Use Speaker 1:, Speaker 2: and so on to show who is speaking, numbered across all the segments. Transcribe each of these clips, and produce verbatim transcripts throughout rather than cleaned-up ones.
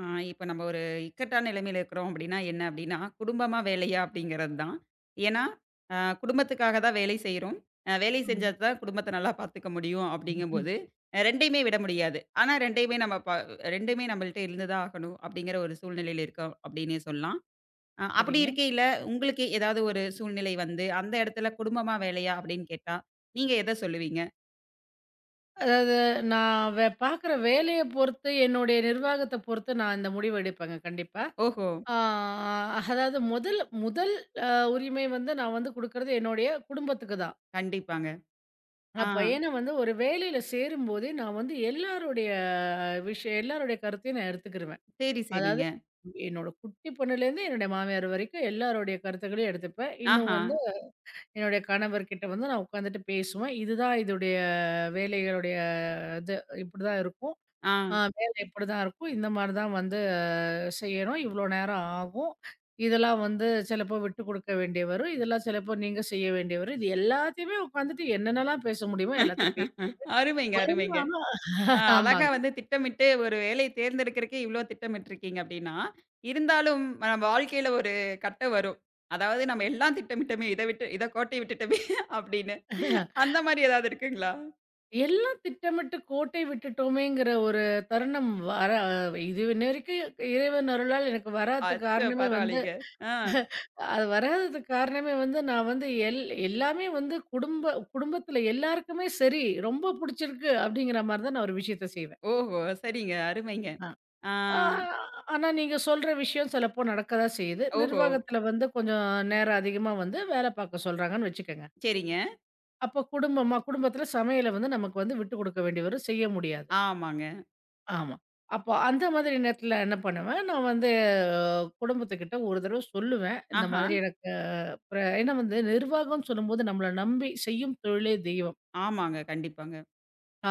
Speaker 1: ஆ இப்ப நம்ம ஒரு இக்கட்டான நிலைமையில இருக்கிறோம் அப்படின்னா என்ன அப்படின்னா, குடும்பமா வேலையா அப்படிங்கிறது தான். ஏன்னா, அ குடும்பத்துக்காக தான் வேலை செய்றோம். அ வேலை செஞ்சா
Speaker 2: ஆமா.
Speaker 1: தான் குடும்பத்த நல்லா பார்த்துக்க முடியும்
Speaker 2: ம்.
Speaker 1: அப்படிங்கும்போது, அ ரெண்டுமே விட முடியாது. ஆனா ரெண்டுமே நம்ம ப ரெண்டுமே நம்மள்ட்ட இருந்து தான் ஆகணும் அப்படிங்கிற ஒரு சூழ்நிலையில இருக்கோம் அப்படின்னே சொல்லலாம். அ அப்படி
Speaker 2: சரிங்க.
Speaker 1: இருக்கையில உங்களுக்கு ஏதாவது ஒரு சூழ்நிலை வந்து, அந்த இடத்துல குடும்பமா வேலையா அப்படின்னு கேட்டா, நீங்க எத சொல்லுவீங்க?
Speaker 2: அதாவது நான் வே பார்க்குற வேலைய பொறுத்து, என்னுடைய நிர்வாகத்த பொறுத்து நான் இந்த முடிவு எடுப்பேங்க கண்டிப்பா.
Speaker 1: ஓஹோ!
Speaker 2: ஆ அதாவது முதல் முதல் அ உரிமை வந்து நான் வந்து குடுக்குறது என்னுடைய குடும்பத்துக்கு தான்.
Speaker 1: கண்டிப்பாங்க. ஆ.
Speaker 2: அப்ப ஏன்னா வந்து ஒரு வேலையில சேரும்போதே நான் வந்து எல்லாருடைய விஷயம் எல்லாருடைய கருத்தையும் நான் எடுத்துக்கிருவேன்.
Speaker 1: சரி,
Speaker 2: அதாவது
Speaker 1: சரிங்க.
Speaker 2: என்னோட குட்டி பொண்ணுலேருந்து என்னுடைய மாமியார் வரைக்கும் எல்லாருடைய கருத்துக்களையும் எடுத்துப்பேன். இன்னும்
Speaker 1: ஆஹா.
Speaker 2: வந்து என்னுடைய கணவர்கிட்ட வந்து நான் உட்காந்துட்டு பேசுவேன். இதுதான் இதுடைய வேலைகளுடைய இது இப்படிதான் இருக்கும்.
Speaker 1: ஆ.
Speaker 2: ஆ வேலை இப்படிதான் இருக்கும். இந்த மாரி தான் வந்து ஆஹ் செய்யணும். இவ்வளோ நேரம் ஆகும். இதெல்லாம் வந்து சிலப்போ விட்டு குடுக்க வேண்டிய வரும். இதெல்லாம் சிலப்போ நீங்க செய்ய வேண்டிய வரும். இது எல்லாத்தையுமே உட்காந்துட்டு என்னென்னலாம் பேச முடியுமோ எல்லாத்தையும் பேசி
Speaker 1: அருமைங்க, அருமைங்க.
Speaker 2: வருமானம்.
Speaker 1: ஆ அழகா
Speaker 2: ஆமாங்க.
Speaker 1: வந்து திட்டமிட்டு ஒரு வேலைய தேர்ந்தெடுக்கிறதுக்கே இவ்ளோ திட்டமிட்டுருக்கீங்க அப்படின்னா, இருந்தாலும் நம்ம வாழ்க்கையில ஒரு கட்டம் வரும். அதாவது நம்ம எல்லாம் திட்டமிட்டோமே, இத விட்டு இத கோட்டை விட்டுட்டோமே அப்படின்னு. அந்த மாரி ஏதாவது இருக்குங்களா?
Speaker 2: எல்லாம் திட்டமிட்டு கோட்டை விட்டுட்டோமேங்கிற ஒரு தருணம் வர இதுவரைக்கும் இறைவன் அருளால் எனக்கு வராததுக்கு
Speaker 1: அச்சோ!
Speaker 2: காரணமே வந்து
Speaker 1: பரவாயில்லைங்க. ஆ.
Speaker 2: அது வராததுக்கு காரணமே வந்து, நான் வந்து எல் எல்லாமே வந்து குடும்ப குடும்பத்தில எல்லாருக்குமே சரி, ரொம்ப புடிச்சிருக்கு அப்படிங்கிற மாரி தான் நான் ஒரு விஷயத்த செய்வேன்.
Speaker 1: ஓஹோ! சரிங்க. அருமைங்க.
Speaker 2: ஆ.
Speaker 1: ஆ.
Speaker 2: ஆ ஆனா நீங்க சொல்ற விஷயம் சிலப்போ நடக்க தான் செய்யுது.
Speaker 1: ஓஹோ!
Speaker 2: நிர்வாகத்தில வந்து கொஞ்சம் நேரம் அதிகமா வந்து வேலை பார்க்க சொல்றாங்கன்னு வச்சுக்கங்க.
Speaker 1: சரிங்க.
Speaker 2: அப்போ குடும்பமா குடும்பத்தில சமையல வந்து நமக்கு வந்து விட்டு குடுக்க வேண்டி வரும். செய்ய முடியாது.
Speaker 1: ஆமாங்க.
Speaker 2: ஆமா. அப்போ அந்த மாதிரி நேரத்துல என்ன பண்ணுவேன், நான் வந்து அஹ், குடும்பத்துக்கிட்ட ஒரு தடவ சொல்லுவேன். இந்த
Speaker 1: ஆஹா.
Speaker 2: மாதிரி எனக்கு அஹ், பிர ஏன்னா வந்து நிர்வாகம்னு சொல்லும்போது நம்மள நம்பி செய்யும் தொழிலே தெய்வம்.
Speaker 1: ஆமாங்க. கண்டிப்பாங்க.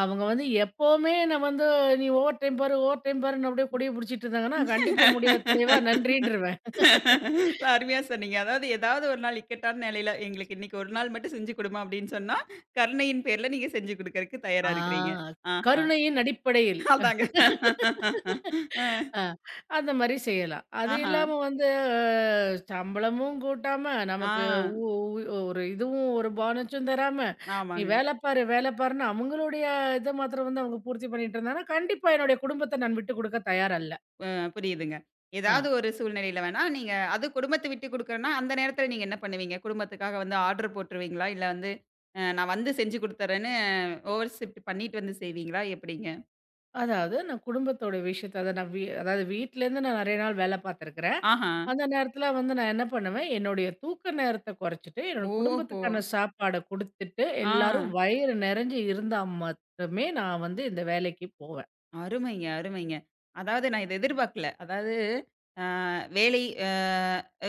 Speaker 2: அவங்க வந்து எப்பவுமே நான் வந்து நீ ஓவர் டைம் பாரு, ஓவர் டைம் பாருன்னு அப்படியே கொடிய பிடிச்சிட்டு இருந்தாங்கன்னா, கண்டிப்பா முடியாது தலைவா நன்றின்றுவேன்.
Speaker 1: அருமையா சொன்னீங்க. அதாவது ஏதாவது ஒரு நாள் இக்கட்டான நிலையில, எங்களுக்கு இன்னைக்கு ஒரு நாள் மட்டும் செஞ்சு குடும்மா அப்படின்னு சொன்னா, கருணையின் பேர்ல நீங்க செஞ்சு குடுக்கறக்கு தயாரா
Speaker 2: ஆ.
Speaker 1: இருக்கிறீங்க. ஆஹா.
Speaker 2: கருணையின் அடிப்படையில்.
Speaker 1: அதாங்க. அ.
Speaker 2: ஆ. அந்த மாரி செய்யலாம். அது
Speaker 1: ஆஹா.
Speaker 2: இல்லாம வந்து அ சம்பளமும் கூட்டாம,
Speaker 1: ஆ.
Speaker 2: நமக்கு உ உ ஒரு இதுவும் ஒரு போனஸும் தராம, "நீ
Speaker 1: ஆமாங்க.
Speaker 2: வேல பாரு, வேல பாருன்னு" அவங்களுடைய இத மாத்திரம் வந்து அவங்க பூர்த்தி பண்ணிட்டு இருந்தாங்கன்னா, கண்டிப்பா என்னுடைய குடும்பத்த நான் விட்டு குடுக்க தயார் அல்ல.
Speaker 1: அ புரியுதுங்க.
Speaker 2: ஆ.
Speaker 1: ஏதாவது ஒரு சூழ்நிலையில வேணா நீங்க அது குடும்பத்த விட்டு குடுக்கறன்னா, அந்த நேரத்துல நீங்க என்ன பண்ணுவீங்க? குடும்பத்துக்காக வந்து ஆர்டர் போட்டுருவீங்களா? இல்ல வந்து அ நான் வந்து செஞ்சு குடுத்துர்றேன்னு ஓவர் ஷிப்ட் பண்ணிட்டு வந்து செய்வீங்களா? எப்படிங்க?
Speaker 2: அதாவது நான் குடும்பத்தோட விஷயத்த அத நான் வீ அதாவது வீட்லேருந்து நான் நெறைய நாள் வேல பார்த்துருக்கிறேன்.
Speaker 1: ஆஹா.
Speaker 2: அந்த நேரத்துல வந்து நான் என்ன பண்ணுவேன், என்னுடைய தூக்க நேரத்த குறைச்சுட்டு, என்னோட
Speaker 1: ஓஹோ!
Speaker 2: குடும்பத்துக்கான சாப்பாட குடுத்துட்டு,
Speaker 1: ஆ.
Speaker 2: எல்லாரும் வயிறு நெறஞ்சு இருந்தா மட்டுமே நான் வந்து இந்த வேலைக்கு போவேன்.
Speaker 1: அருமைங்க, அருமைங்க. அதாவது நான் இத எதிர்பார்க்கல. அதாவது அ வேலை அ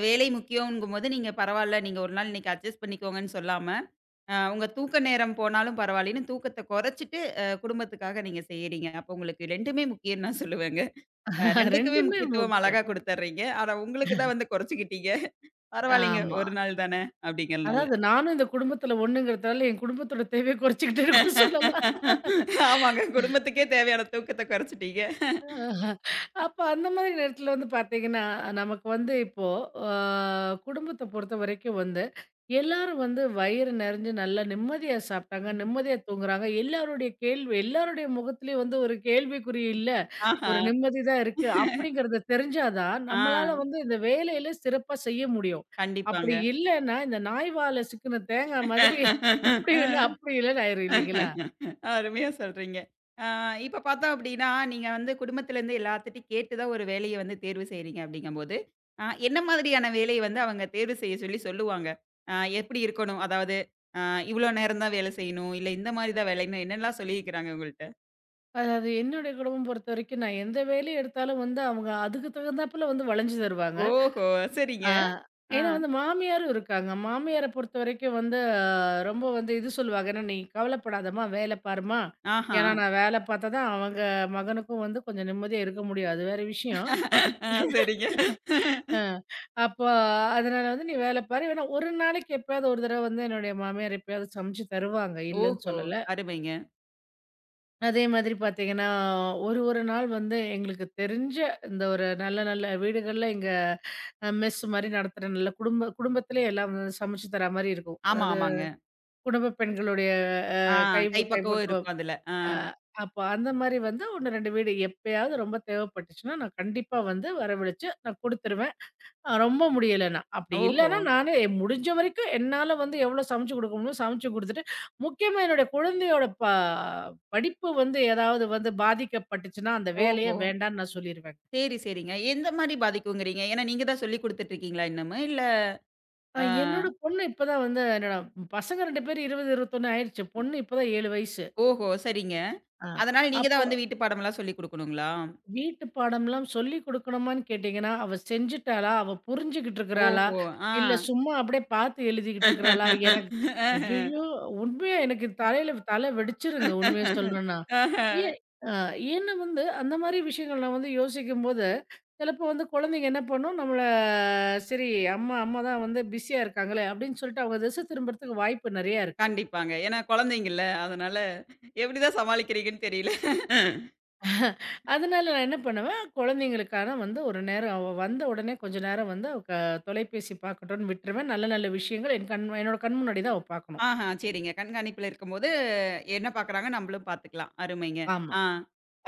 Speaker 1: வேலை முக்கியம்ங்கும்போது, நீங்க பரவால்ல, நீங்க ஒரு நாள் இன்னைக்கு அட்ஜஸ்ட் பண்ணிக்கோங்கன்னு சொல்லாம, அ உங்க தூக்க நேரம் போனாலும் பரவாயில்லன்னு தூக்கத்த குறைச்சுட்டு, அ குடும்பத்துக்காக நீங்க செய்யறீங்க. அப்போ உங்களுக்கு ரெண்டுமே முக்கியம்ன்னு நான் சொல்லுவேங்க. அ ரெண்டுக்குமே
Speaker 2: ரெண்டுமே
Speaker 1: முக்கியத்துவம் அழகா
Speaker 2: முக்கியம்.
Speaker 1: குடுத்துர்றீங்க. ஆனா உங்களுக்கு தான் வந்து குறைச்சுக்கிட்டீங்க. பரவாயில்லைங்க,
Speaker 2: ஆமா.
Speaker 1: ஒரு நாள் தானே அப்படிங்கிறனால.
Speaker 2: அதாவது நானும் இந்த குடும்பத்துல ஒண்ணுங்கிறதால, என் குடும்பத்தோட தேவைய குறைச்சுக்கிட்டேன்னு கூட சொல்லலாம்.
Speaker 1: ஆமாங்க, குடும்பத்துக்கே தேவையான தூக்கத்த குறைச்சுட்டீங்க.
Speaker 2: ஆஹா. அப்ப அந்த மாதிரி நேரத்துல வந்து பார்த்தீங்கன்னா, நமக்கு வந்து இப்போ அ குடும்பத்த பொறுத்தவரைக்கும் வந்து, எல்லாரும் வந்து வயிறு நெறஞ்சு நல்லா நிம்மதியா சாப்ட்டாங்க, நிம்மதியா தூங்குறாங்க. எல்லாருடைய கேள்வி எல்லாருடைய முகத்திலயும் வந்து ஒரு கேள்விக்குறி இல்ல.
Speaker 1: ஆஹா!
Speaker 2: ஒரு நிம்மதி தான் இருக்கு. அப்படிங்கிறது தெரிஞ்சா தான்,
Speaker 1: ஆ.
Speaker 2: நம்மளால வந்து இந்த வேலையில சிறப்பா செய்ய முடியும்.
Speaker 1: கண்டிப்பாங்க.
Speaker 2: அப்படி இல்லன்னா, இந்த நாய் வால்ல சிக்குன தேங்கா மாதிரி இப்படி இல்ல, அப்படி இல்லன்னு ஆயிரும் இல்லைங்களா?
Speaker 1: அருமையா சொல்றீங்க. ஆ இப்ப பார்த்தோம் அப்டின்னா, நீங்க வந்து குடும்பத்திலேருந்து எல்லாத்துட்டயும் கேட்டு தான் ஒரு வேலைய வந்து தேர்வு செய்றீங்க அப்டிங்கும்போது, அ என்ன மாதிரியான வேலைய வந்து அவங்க தேர்வு செய்ய சொல்லி சொல்லுவாங்க? அ எப்டி இருக்கணும்? அதாவது அ இவ்ளோ நேரம் தான் வேலை செய்யணும், இல்ல இந்த மாரி தான் வேலைன்னு என்னலாம் சொல்லியிருக்கிறாங்க உங்கள்ட்ட?
Speaker 2: அதாவது என்னுடைய குடும்பம் பொறுத்தவரைக்கும், நான் எந்த வேலைய எடுத்தாலும் வந்து அவங்க அதுக்கு தகுந்தாப்புல வந்து வளைஞ்சு தருவாங்க.
Speaker 1: ஓஹோ! சரிங்க.
Speaker 2: ஆ.
Speaker 1: ஆ.
Speaker 2: ஏன்னா வந்து மாமியாரும் இருக்காங்க. மாமியார பொறுத்தவரைக்கும் வந்து ஆஹ், ரொம்ப வந்து இது சொல்லுவாங்க. ஏன்னா, "நீ கவலைப்படாதம்மா, வேல பாரும்மா."
Speaker 1: ஆஹா.
Speaker 2: ஏன்னா நான் வேல பார்த்தா தான் அவங்க மகனுக்கும் வந்து கொஞ்சம் நிம்மதியா இருக்க முடியும். அது வேற விஷயம்.
Speaker 1: ஆ சரிங்க.
Speaker 2: ஆ. அப்போ அதனால வந்து, "நீ வேல பாரு." வேணா ஒரு நாளைக்கு எப்பயாவது ஒரு தடவ வந்து என்னுடைய மாமியார் எப்பயாவது சமைச்சு தருவாங்க. இல்லன்னு
Speaker 1: ஓஹோ!
Speaker 2: சொல்லல.
Speaker 1: அருமைங்க.
Speaker 2: அதே மாதிரி பார்த்தீங்கன்னா, ஒரு ஒரு நாள் வந்து எங்களுக்கு தெரிஞ்ச இந்த ஒரு நல்ல நல்ல வீடுகள்ல எங்க அ மெஸ் மாரி நடத்துற நல்ல குடும்ப குடும்பத்திலே எல்லாம் வந்து சமைச்சு தர மாரி இருக்கும்.
Speaker 1: ஆமா,
Speaker 2: அதாவது
Speaker 1: ஆமாங்க.
Speaker 2: குடும்ப பெண்களுடைய
Speaker 1: ஆ
Speaker 2: கை
Speaker 1: கைப்பக்குவம்
Speaker 2: கைப்பக்குவம்.
Speaker 1: இருக்கும் அதுல. ஆ.
Speaker 2: அ அப்போ அந்த மாரி வந்து ஒன்று, ரெண்டு வீடு எப்பயாவது ரொம்ப தேவைப்பட்டுச்சுன்னா, நான் கண்டிப்பா வந்து வரவழைச்சு நான் குடுத்துருவேன். அ ரொம்ப முடியலன்னா. அப்படி
Speaker 1: ஓஹோ!
Speaker 2: இல்லன்னா, நானு முடிஞ்ச வரைக்கும் என்னால வந்து எவ்வளோ சமைச்சு குடுக்க முடியுமோ சமைச்சு குடுத்துட்டு, முக்கியமா என்னுடைய குழந்தையோட ப படிப்பு வந்து ஏதாவது வந்து பாதிக்கப்பட்டுச்சுன்னா, அந்த வேலையே
Speaker 1: ஓஹோ!
Speaker 2: வேண்டான்னு நான் சொல்லிருவேங்க.
Speaker 1: சரி, சரிங்க. எந்த மாரி பாதிக்குங்கிறீங்க? ஏன்னா நீங்க தான் சொல்லிக் குடுத்துட்டு இருக்கீங்களா இன்னமும்? இல்ல
Speaker 2: அ
Speaker 1: ஆ
Speaker 2: என்னோட பொண்ணு இப்ப தான் வந்து என்னோட பசங்க ரெண்டு பேரும் இருபது, இருபத்தொன்று ஆயிடுச்சு. பொண்ணு இப்ப தான் ஏழு வயசு.
Speaker 1: ஓஹோ! சரிங்க.
Speaker 2: அ
Speaker 1: அதனால நீங்க
Speaker 2: அப்ப
Speaker 1: தான் வந்து வீட்டு பாடமெல்லாம் சொல்லிக் குடுக்கணுங்களா?
Speaker 2: வீட்டு பாடம்லாம் சொல்லிக் குடுக்கணுமான்னு கேட்டீங்கன்னா, அவ செஞ்சுட்டாளா? அவ புரிஞ்சுகிட்டு இருக்கிறாளா?
Speaker 1: ஓஹோ! ஆ.
Speaker 2: இல்ல சும்மா அப்படியே பார்த்து எழுதிக்கிட்டு இருக்கிறாளா? எனக்கு ஐயய்யோ! உண்மையா எனக்கு தலையில தலை வெடிச்சிருங்க உண்மைய சொல்லணும்னா.
Speaker 1: ஆஹ.
Speaker 2: ஏன் அ ஏன்னா வந்து அந்த மாரி விஷயங்கள் நான் வந்து யோசிக்கும்போது, சிலப்போ வந்து குழந்தைங்க என்ன பண்ணும், நம்மள சரி அம்மா அம்மா தான் வந்து பிஸியா இருக்காங்களே, அப்படின்னு சொல்லிட்டு அவங்க திசை திரும்புறதுக்கு வாய்ப்பு நெறையா இருக்கு.
Speaker 1: கண்டிப்பாங்க. ஏன்னா குழந்தைங்கள்ல. அதனால எப்படிதான் சமாளிக்கிறீங்கன்னு தெரியல.
Speaker 2: அதனால நான் என்ன பண்ணுவேன், குழந்தைங்களுக்கான வந்து ஒரு நேரம் அவ வந்த உடனே கொஞ்ச நேரம் வந்து அவ க தொலைபேசி பார்க்கட்டும்னு விட்டுருவேன். நல்ல நல்ல விஷயங்கள் என் கண் என்னோட கண் முன்னாடி தான் அவ பார்க்கணும்.
Speaker 1: ஆஹா. சரிங்க. கண்காணிப்புல இருக்கும்போது என்ன பார்க்குறாங்க நம்மளும் பார்த்துக்கலாம். அருமைங்க.
Speaker 2: ஆமா.
Speaker 1: ஆ.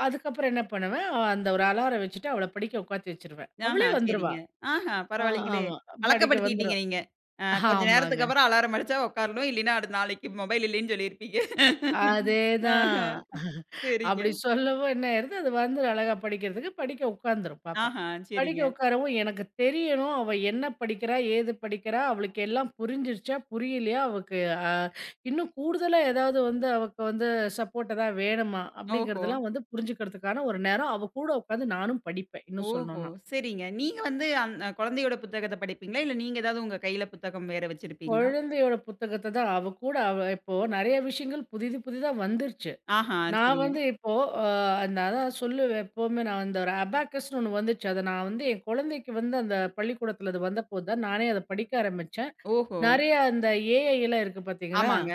Speaker 2: அதுக்கப்புறம் என்ன பண்ணுவேன், அ அந்த ஒரு அலாரம் வச்சுட்டு அவள படிக்க உட்காத்தி வச்சுருவேன்.
Speaker 1: ஆஹா,
Speaker 2: அவளே வந்துருவா.
Speaker 1: சரிங்க. ஆஹா,
Speaker 2: ஆ
Speaker 1: பரவாயில்லைங்களே!
Speaker 2: ஆமா படிக்க
Speaker 1: பழக்கப்படுத்திட்டீங்க
Speaker 2: வந்துரும்.
Speaker 1: நீங்க. அ கொஞ்ச
Speaker 2: ஆமாங்க.
Speaker 1: நேரத்துக்கு அப்புறம் அலாரம் அடிச்சா உட்காரணும். இல்லைன்னா அடுத்த நாளைக்கு மொபைல் இல்லைன்னு சொல்லியிருப்பீங்க. ஆஹா,
Speaker 2: அதேதான்.
Speaker 1: சரிங்க.
Speaker 2: அப்படி சொல்லவும் என்ன ஆயிருது, அது வந்துரும் அழகா படிக்கிறதுக்கு. படிக்க உட்காந்துரும் பாப்பா.
Speaker 1: ஆஹா,
Speaker 2: படிக்க
Speaker 1: சரிங்க.
Speaker 2: உட்காரவும் எனக்கு தெரியணும், அவ என்ன படிக்கிறா? ஏது படிக்கிறா? அவளுக்கு எல்லாம் புரிஞ்சிருச்சா? புரியலையா? அவக்கு அ இன்னும் கூடுதலா ஏதாவது வந்து அவக்கு வந்து சப்போர்ட் எதாவது வேணுமா?
Speaker 1: ஓஹோ!
Speaker 2: அப்படிங்கிறதெல்லாம் வந்து புரிஞ்சுக்கிறதுக்கான ஒரு நேரம். அவ கூட உட்காந்து நானும் படிப்பேன், இன்னும்
Speaker 1: ஓஹோ!
Speaker 2: சொல்லணும்னா.
Speaker 1: சரிங்க. நீங்க வந்து அந் குழந்தையோட புத்தகத்த படிப்பீங்களா? இல்ல நீங்க ஏதாவது உங்க கையில புத்தகம் வேற வச்சிருப்பீங்களா?
Speaker 2: குழந்தையோட புத்தகத்த தான் அவ கூட அவ இப்போ நெறைய விஷயங்கள் புதிது புதிதா வந்துருச்சு.
Speaker 1: ஆஹா,
Speaker 2: நான்
Speaker 1: சரிங்க.
Speaker 2: வந்து இப்போ அ அந்த அதான் சொல்லுவேன் எப்பவுமே நான் அந்த ஒரு அபாக்கஸ்ன்னு ஒண்ணு வந்துச்சு. அத நான் வந்து என் குழந்தைக்கு வந்து அந்த பள்ளிக்கூடத்துல அது வந்தபோது தான் நானே அத படிக்க ஆரம்பிச்சேன்.
Speaker 1: ஓஹோ!
Speaker 2: நெறைய அந்த ஏஐ எல்லாம் இருக்கு பார்த்தீங்களா?
Speaker 1: ஆமாங்க.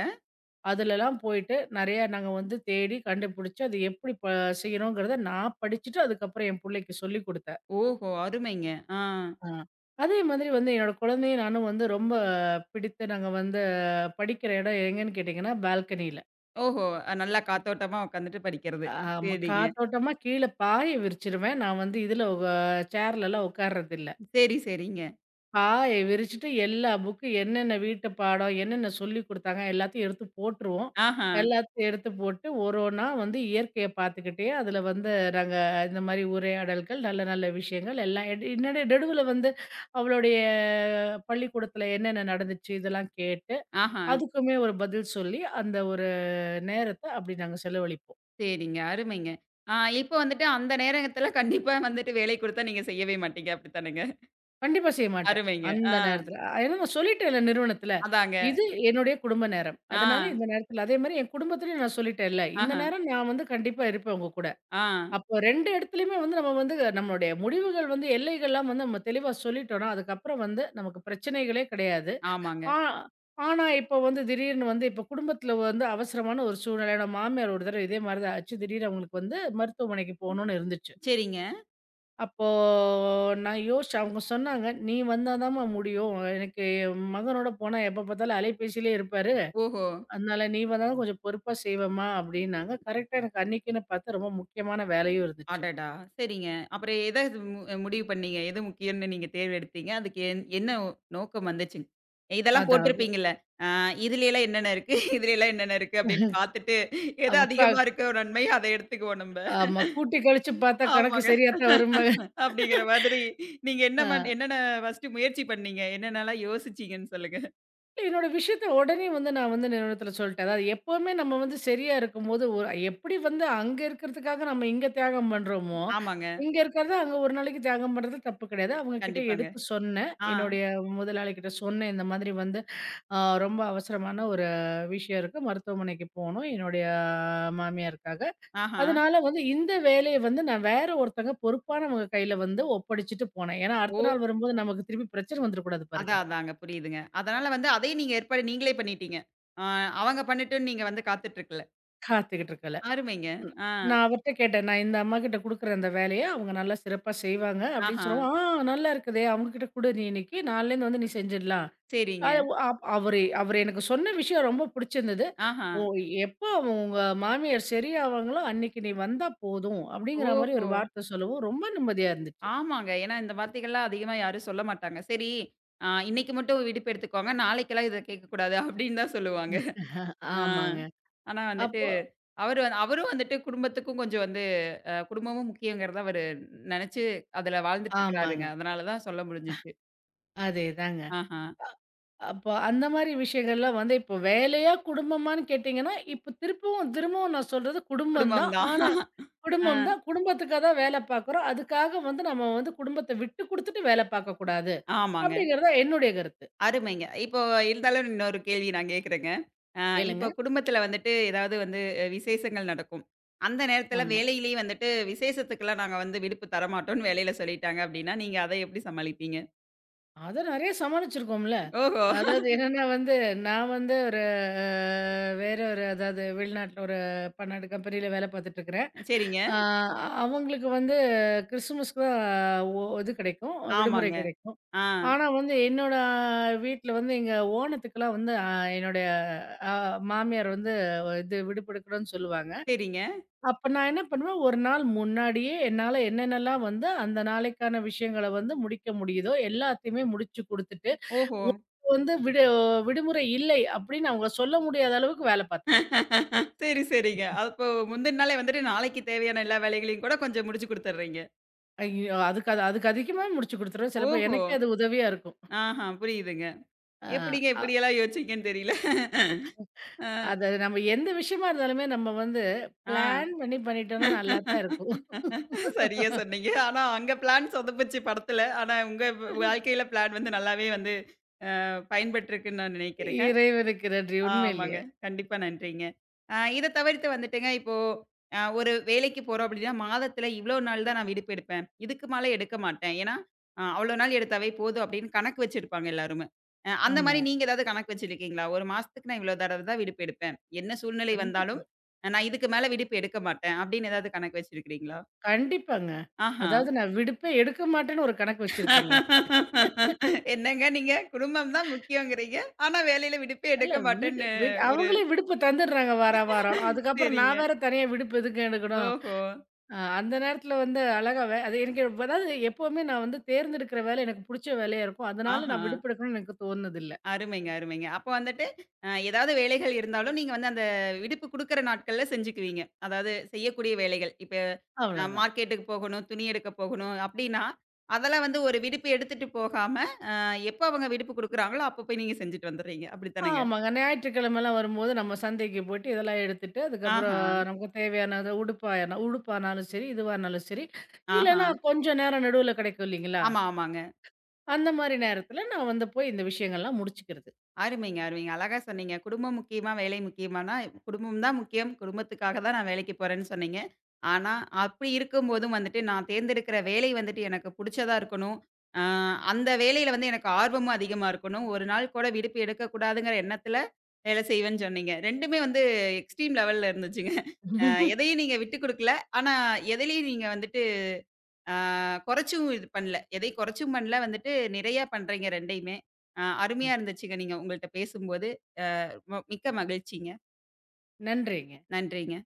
Speaker 2: அதுலலாம் போயிட்டு நெறைய நாங்க வந்து தேடி கண்டுபிடிச்சு அது எப்படி ப செய்யணுங்கிறத நான் படிச்சுட்டு அதுக்கப்புறம் என் புள்ளைக்கு சொல்லிக் குடுத்தேன்.
Speaker 1: ஓஹோ! அருமைங்க. ஆ.
Speaker 2: ஆ. அதே மாதிரி வந்து என்னோட குழந்தையும் நானும் வந்து ரொம்ப பிடித்து நாங்க வந்து படிக்கிற இடம் எங்கன்னு கேட்டீங்கன்னா பால்கனியில.
Speaker 1: ஓஹோ! அஹ் நல்லா காத்தோட்டமா உட்காந்துட்டு படிக்கிறது.
Speaker 2: ஆமா.
Speaker 1: சரிங்க.
Speaker 2: காத்தோட்டமா கீழ பாய விரிச்சிருவேன். நான் வந்து இதுல உ சேர்லலாம் உட்கார்றதில்ல.
Speaker 1: சரி, சரிங்க.
Speaker 2: பாய விரிச்சுட்டு எல்லா புக்கு என்னென்ன வீட்டு பாடம், என்னென்ன சொல்லிக் குடுத்தாங்க எல்லாத்தையும் எடுத்து போட்டுருவோம்.
Speaker 1: ஆஹா,
Speaker 2: எல்லாத்தையும் எடுத்து போட்டு ஒரு ஒண்ணா வந்து இயற்கைய பார்த்துக்கிட்டே அதுல வந்து நாங்க இந்த மாரி உரையாடல்கள், நல்ல நல்ல விஷயங்கள் எல்லாம் எடு என்னோட நடுவுல வந்து அவளுடைய பள்ளிக்கூடத்துல என்னென்ன நடந்துச்சு இதெல்லாம் கேட்டு,
Speaker 1: ஆஹா.
Speaker 2: அதுக்குமே ஒரு பதில் சொல்லி அந்த ஒரு நேரத்த அப்படி நாங்க செலவழிப்போம்.
Speaker 1: சரிங்க. அருமைங்க. ஆ இப்ப வந்துட்டு அந்த நேரத்துல கண்டிப்பா வந்துட்டு வேலை குடுத்தா நீங்க செய்யவே மாட்டீங்க. அப்படித்தானேங்க?
Speaker 2: கண்டிப்பா செய்ய மாட்டேன்.
Speaker 1: அருமைங்க. ஆ
Speaker 2: அந்த நேரத்துல. ஏன்னா நான் சொல்லிட்டேன்ல நிறுவனத்துல.
Speaker 1: அதாங்க.
Speaker 2: இது என்னுடைய குடும்ப நேரம்.
Speaker 1: ஆ,
Speaker 2: அதனால இந்த நேரத்துல அதே மாரி என் குடும்பத்திலயும் நான் சொல்லிட்டேன்ல. இந்த
Speaker 1: ஆஹ,
Speaker 2: நேரம் நான் வந்து கண்டிப்பா இருப்பேன் உங்க கூட.
Speaker 1: ஆ,
Speaker 2: அப்போ ரெண்டு இடத்துலயுமே வந்து நம்ம வந்து நம்மளுடைய முடிவுகள் வந்து எல்லைகள்லாம் வந்து நம்ம தெளிவா சொல்லிட்டோம்னா, அதுக்கப்புறம் வந்து நமக்கு பிரச்சனைகளே கிடையாது.
Speaker 1: ஆமாங்க.
Speaker 2: ஆ ஆனா இப்போ வந்து திடீர்னு வந்து இப்போ குடும்பத்துல வந்து அவசரமான ஒரு சூழ்நிலை. என்னோட மாமியார் ஒரு தடவ இதே மாரி தான் ஆச்சு. திடீர்னு அவங்களுக்கு வந்து மருத்துவமனைக்கு போணும்னு இருந்துச்சு.
Speaker 1: சரிங்க.
Speaker 2: அப்போ நான் யோசிச்சேன். அவங்க சொன்னாங்க, "நீ வந்தா தாம்மா முடியும். எனக்கு என் மகனோட போனா எப்ப பார்த்தாலும் அலைபேசியிலே இருப்பாரு.
Speaker 1: ஓஹோ!
Speaker 2: அதனால நீ வந்தா தான் கொஞ்சம் பொறுப்பா செய்வேம்மா" அப்படின்னாங்க. கரெக்ட்டா எனக்கு அன்னைக்குன்னு பார்த்தா ரொம்ப முக்கியமான வேலையும் இருந்துச்சு.
Speaker 1: அடடா! சரிங்க. அப்புறம் எத இது மு முடிவு பண்ணீங்க? எது முக்கியம்னு நீங்க தேர்வெடுத்தீங்க? அதுக்கு என் என்ன நோக்கம் வந்துச்சுங்க? இதெல்லாம்
Speaker 2: அதாவது
Speaker 1: போட்டிருப்பீங்கல்ல. ஆ இதுலலாம் என்னென்ன இருக்கு? இதுலலாம் என்னென்ன இருக்கு? அப்படின்னு பார்த்துட்டு எது
Speaker 2: அவ உக்கா
Speaker 1: அதிகமா இருக்கோ நன்மை, அத எடுத்துக்குவோம் நம்ப.
Speaker 2: ஆமா கூட்டி கழிச்சு பார்த்தா கணக்கு
Speaker 1: ஆமாங்க.
Speaker 2: சரியா தான் வரும்பாங்க.
Speaker 1: அப்படிங்கிற மாதிரி, நீங்க என்ன மன்
Speaker 2: ஆ.
Speaker 1: என்னென்ன ஃபர்ஸ்ட்டு முயற்சி பண்ணீங்க? என்னென்னலாம் யோசிச்சீங்கன்னு சொல்லுங்க.
Speaker 2: இல்ல, என்னோட விஷயத்த உடனே வந்து நான் வந்து நிறுவனத்துல சொல்ட்டேன். அதாவது எப்பவுமே நம்ம வந்து சரியா இருக்கும்போது, ஒரு எப்படி வந்து அங்க இருக்கிறதுக்காக நம்ம இங்க தியாகம் பண்றோமோ,
Speaker 1: ஆமாங்க.
Speaker 2: இங்க இருக்கிறத அங்க ஒரு நாளைக்கு தியாகம் பண்றது தப்பு கிடையாது. அவங்க கிட்ட
Speaker 1: கண்டிப்பாங்க.
Speaker 2: எடுத்து சொன்னேன்.
Speaker 1: ஆ.
Speaker 2: என்னுடைய முதலாளி கிட்ட சொன்னேன். இந்த மாதிரி வந்து அ ரொம்ப அவசரமான ஒரு விஷயம் இருக்கு. மருத்துவமனைக்கு போணும் என்னுடைய மாமியாருக்காக.
Speaker 1: ஆஹா.
Speaker 2: அதனால வந்து இந்த வேலைய வந்து நான் வேற ஒருத்தங்க பொறுப்பானவங்க கையில வந்து ஒப்படைச்சுட்டு போனேன். ஏன்னா அடுத்த
Speaker 1: ஓ!
Speaker 2: நாள் வரும்போது நமக்கு திருப்பி பிரச்சனை வந்துடக்கூடாது பாருங்க.
Speaker 1: அதான் அதாங்க. புரியுதுங்க. அதனால வந்து அதையும் நீங்க ஏற்பாடு நீங்களே பண்ணிட்டீங்க. ஆ அவங்க பண்ணட்டும்னு நீங்க வந்து காத்துட்டு இருக்கல.
Speaker 2: காத்துக்கிட்டு இருக்கல.
Speaker 1: அருமைங்க.
Speaker 2: ம்.
Speaker 1: ஆ.
Speaker 2: நான் அவர்ட்ட கேட்டேன். நான் இந்த அம்மாகிட்ட குடுக்குறேன் அந்த வேலைய. அவங்க நல்லா சிறப்பா செய்வாங்க அப்படின்னு
Speaker 1: ஆஹா.
Speaker 2: சொல்லவும், "ஆ நல்லா இருக்குதே! அவங்ககிட்ட குடு நீ இன்னைக்கு. நாளைலருந்து வந்து நீ செஞ்சிடலாம்."
Speaker 1: சரிங்க.
Speaker 2: அது ஒ அப் அவரு அவரு எனக்கு சொன்ன விஷயம் ரொம்ப புடிச்சிருந்தது.
Speaker 1: ஆஹா.
Speaker 2: "ஓ எப்போ அவங்க உங்க மாமியார் சரியாவாங்களோ, அன்னைக்கு நீ வந்தா போதும்." அப்படிங்கிற மாரி
Speaker 1: ஓஹோ!
Speaker 2: ஒரு வார்த்தை சொல்லவும் ரொம்ப நிம்மதியா இருந்துச்சு.
Speaker 1: ஆமாங்க. ஏன்னா இந்த வார்த்தைகள்லாம் அதிகமா யாரும் சொல்ல மாட்டாங்க. சரி, ஆ இன்னைக்கு மட்டும் விடுப்பு எடுத்துக்கோங்க. நாளைக்கெல்லாம் இத கேட்கக்கூடாது அப்படின்னு தான் சொல்லுவாங்க. ஆ.
Speaker 2: ஆமாங்க.
Speaker 1: ஆனா வந்துட்டு,
Speaker 2: அப்போ
Speaker 1: அவரு அவரும் வந்துட்டு குடும்பத்துக்கும் கொஞ்சம் வந்து அ குடும்பமும் முக்கியங்கிறத அவரு நெனச்சு அதுல வாழ்ந்துட்டு
Speaker 2: ஆமாங்க.
Speaker 1: இருக்கிறாருங்க. அதனால தான் சொல்ல முடிஞ்சுச்சு.
Speaker 2: அதேதாங்க.
Speaker 1: ஆஹா.
Speaker 2: அப்போ அந்த மாரி விஷயங்கள்லாம் வந்து இப்போ வேலையா, குடும்பமான்னு கேட்டீங்கன்னா, இப்போ திருப்பவும் திரும்பவும் நான் சொல்றது குடும்பம்
Speaker 1: குடும்பம்
Speaker 2: தான்.
Speaker 1: தான்.
Speaker 2: ஆனா
Speaker 1: ஆ.
Speaker 2: குடும்பம் தான். குடும்பத்துக்கா தான் வேலை பார்க்குறோம். அதுக்காக வந்து நம்ம வந்து குடும்பத்த விட்டு குடுத்துட்டு வேலை பார்க்கக்கூடாது.
Speaker 1: ஆமாங்க.
Speaker 2: அப்படிங்கிறது தான் என்னுடைய கருத்து.
Speaker 1: அருமைங்க. இப்போ இருந்தாலும் இன்னொரு கேள்வி நான் கேட்கிறேங்க. அ இப்போ
Speaker 2: கேளுங்க.
Speaker 1: குடும்பத்துல வந்துட்டு ஏதாவது வந்து அஹ், விசேஷங்கள் நடக்கும். அந்த நேரத்துல
Speaker 2: ஆமா.
Speaker 1: வேலையிலேயே வந்துட்டு விசேஷத்துக்கெல்லாம் நாங்க வந்து விடுப்பு தரமாட்டோம்னு வேலையில சொல்லிட்டாங்க அப்டின்னா, நீங்க அத எப்டி சமாளிப்பீங்க?
Speaker 2: அத நெறைய சமாளிச்சிருக்கோம்ல.
Speaker 1: ஓஹோ!
Speaker 2: அதாவது என்னன்னா வந்து, நான் வந்து ஒரு அ வேற ஒரு அதாவது வெளிநாட்ல ஒரு பன்னாட்டு கம்பெனியில வேலை பார்த்துட்டுருக்கிறேன்.
Speaker 1: சரிங்க.
Speaker 2: ஆ அவங்களுக்கு வந்து கிறிஸ்துமஸ்க்கு தான் ஒ இது கிடைக்கும். விடுமுறை
Speaker 1: ஆமாங்க.
Speaker 2: கிடைக்கும்.
Speaker 1: ஆ.
Speaker 2: ஆனா வந்து என்னோட வீட்ல வந்து எங்க ஓணத்துக்கெல்லாம் வந்து அ என்னுடைய அ மாமியார் வந்து இது விடுப்பெடுக்கணும்னு சொல்லுவாங்க.
Speaker 1: சரிங்க.
Speaker 2: அப்ப நான் என்ன பண்ணுவேன், ஒரு நாள் முன்னாடியே என்னால என்னென்னலாம் வந்து அந்த நாளைக்கான விஷயங்கள வந்து முடிக்க முடியுதோ எல்லாத்தையுமே முடிச்சு குடுத்துட்டு,
Speaker 1: ஓஹோ!
Speaker 2: உங்களுக்கு வந்து விடு விடுமுறை இல்லை அப்படின்னு அவங்க சொல்ல முடியாத அளவுக்கு வேல பாத்துருவேன்.
Speaker 1: சரி, சரிங்க. அப்போ முந்தின நாளே வந்துட்டு நாளைக்கு தேவையான எல்லா வேலைகளையும் கூட கொஞ்சம் முடிச்சு குடுத்துடுறீங்க.
Speaker 2: ஐயோ! அதுக்கு அது அதுக்கு அதிகமா முடிச்சு குடுத்துருவேன். சிலப்போ
Speaker 1: ஓஹோ!
Speaker 2: எனக்கே அது உதவியா இருக்கும்.
Speaker 1: ஆஹா, புரியுதுங்க.
Speaker 2: ஆ,
Speaker 1: எப்படிங்க
Speaker 2: அ
Speaker 1: இப்படியெல்லாம் யோசிச்சீங்கன்னு தெரியல. அ,
Speaker 2: அது நம்ம எந்த விஷயமா இருந்தாலுமே நம்ம வந்து
Speaker 1: ஆ.
Speaker 2: பிளான் பண்ணி பண்ணிட்டோம்னா நல்லா தான் இருக்கும்.
Speaker 1: சரியா சொன்னீங்க. ஆனா அங்க பிளான் சொதப்புச்சு படத்துல. ஆனா உங்க வ் வாழ்க்கையில பிளான் வந்து நல்லாவே வந்து அ பயன்பட்டுருக்குன்னு நான் நினைக்கிறேங்க.
Speaker 2: இறைவனுக்கு நன்றி
Speaker 1: ஆமாங்க.
Speaker 2: உண்மையிலேயே.
Speaker 1: கண்டிப்பா நன்றிங்க. அ இத தவிர்த்து வந்துட்டுங்க, இப்போ அ ஒரு வேலைக்கு போறோம் அப்டின்னா, மாதத்துல இவ்ளோ நாள் தான் நான் விடுப்பு எடுப்பேன். இதுக்கு மேல எடுக்க மாட்டேன். ஏன்னா, அ அவ்ளோ நாள் எடுத்தாவே போதும் அப்டின்னு கணக்கு வச்சிருப்பாங்க எல்லாருமே. அ அந்த
Speaker 2: ஆமா.
Speaker 1: மாரி நீங்க ஏதாவது கணக்கு வச்சிருக்கீங்களா? ஒரு மாசத்துக்கு நான் இவ்ளோ தடவ தான் விடுப்பு எடுப்பேன். என்ன சூழ்நிலை வந்தாலும்,
Speaker 2: கண்டிப்பா.
Speaker 1: ஆஹ் நான் இதுக்கு மேல விடுப்பு எடுக்க மாட்டேன் அப்டின்னு ஏதாவது கணக்கு வச்சிருக்கிறீங்களா?
Speaker 2: கண்டிப்பாங்க.
Speaker 1: ஆஹா.
Speaker 2: அதாவது நான் விடுப்பே எடுக்க மாட்டேன்னு ஒரு கணக்கு வச்சிருக்கேங்க.
Speaker 1: என்னங்க நீங்க குடும்பம் தான் முக்கியங்கிறீங்க. ஆனா வேலையில விடுப்பே
Speaker 2: இல்ல
Speaker 1: எடுக்க
Speaker 2: விடு
Speaker 1: மாட்டேன்னு
Speaker 2: விடு
Speaker 1: ஒரு
Speaker 2: அவங்களே விடுப்பு தந்துடுறாங்க வாரா வாரம். அதுக்கப்புறம்
Speaker 1: சரிங்க.
Speaker 2: நான் வேற தனியா விடுப்பு எதுக்கு எடுக்கணும்?
Speaker 1: ஓஹோ!
Speaker 2: அ அந்த நேரத்தில வந்து அழகா வே அது எனக்கு அதாவது எப்பவுமே நான் வந்து தேர்ந்தெடுக்கிற வேலை எனக்கு புடிச்ச வேலையா இருக்கும். அதனால
Speaker 1: ஆஹா!
Speaker 2: நான் விடுப்பு எடுக்கணும்னு எனக்கு தோணுனதில்ல.
Speaker 1: அருமைங்க, அருமைங்க. அப்போ வந்துட்டு, அ ஏதாவது வேலைகள் இருந்தாலும் நீங்க வந்து அந்த விடுப்பு குடுக்குற நாட்கள்ல செஞ்சுக்குவீங்க. அதாவது செய்யக்கூடிய வேலைகள். இப்ப அ
Speaker 2: அவ்வளோதான்.
Speaker 1: மார்க்கெட்டுக்கு போகணும், துணி எடுக்க போகணும் அப்டின்னா, அதெல்லாம் வந்து ஒரு விடுப்பு எடுத்துட்டு போகாம, அ எப்போ அவங்க விடுப்பு குடுக்குறாங்களோ, அப்ப போய் நீங்க செஞ்சுட்டு வந்துர்றீங்க. அப்படித்தானங்க?
Speaker 2: ஆமாங்க. ஞாயிற்றுக்கிழமைலாம் வரும்போது நம்ம சந்தைக்கு போயிட்டு இதெல்லாம் எடுத்துட்டு, அதுக்கப்புறம்
Speaker 1: ஆஹா,
Speaker 2: நமக்கு தேவையான அது உடுப்பாயன உடுப்பானாலும் சரி, இதுவா இருந்தாலும் சரி,
Speaker 1: ஆஹா.
Speaker 2: இல்லன்னா கொஞ்சம் நேரம் நடுவுல கிடைக்கும் இல்லைங்களா?
Speaker 1: ஆமா, ஆமாங்க.
Speaker 2: அந்த மாரி நேரத்துல நான் வந்து போய் இந்த விஷயங்கள்லாம் முடிச்சுக்கிறது.
Speaker 1: அருமைங்க, அருமைங்க. அழகா சொன்னீங்க. குடும்பம் முக்கியமா, வேலை முக்கியமானா, குடும்பம் தான் முக்கியம். குடும்பத்துக்காக தான் நான் வேலைக்கு போறேன்னு சொன்னீங்க. ஆனா, அப்படி இருக்கும்போதும் வந்துட்டு, நான் தேர்ந்தெடுக்கிற வேலை வந்துட்டு எனக்கு புடிச்சதா இருக்கணும். அ அந்த வேலையில வந்து எனக்கு ஆர்வமும் அதிகமா இருக்கணும். ஒரு நாள் கூட விடுப்பு எடுக்கக்கூடாதுங்கிற எண்ணத்தில வேலை செய்வேன்னு சொன்னீங்க. ரெண்டுமே வந்து எக்ஸ்ட்ரீம் லெவல்ல இருந்துச்சுங்க. அ எதையும் நீங்க விட்டு குடுக்கல. ஆனா, எதிலயும் நீங்க வந்துட்டு அ கொறைச்சும் இது பண்ணல. எதையும் கொறைச்சும் பண்ணல, வந்துட்டு நிறையா பண்றீங்க ரெண்டுமே. அ அருமையா
Speaker 2: ம்.
Speaker 1: இருந்துச்சுங்க, நீங்க உங்கள்ட்ட பேசும்போது. ம மிக்க மகிழ்ச்சிங்க.
Speaker 2: நன்றிங்க.
Speaker 1: நன்றிங்க.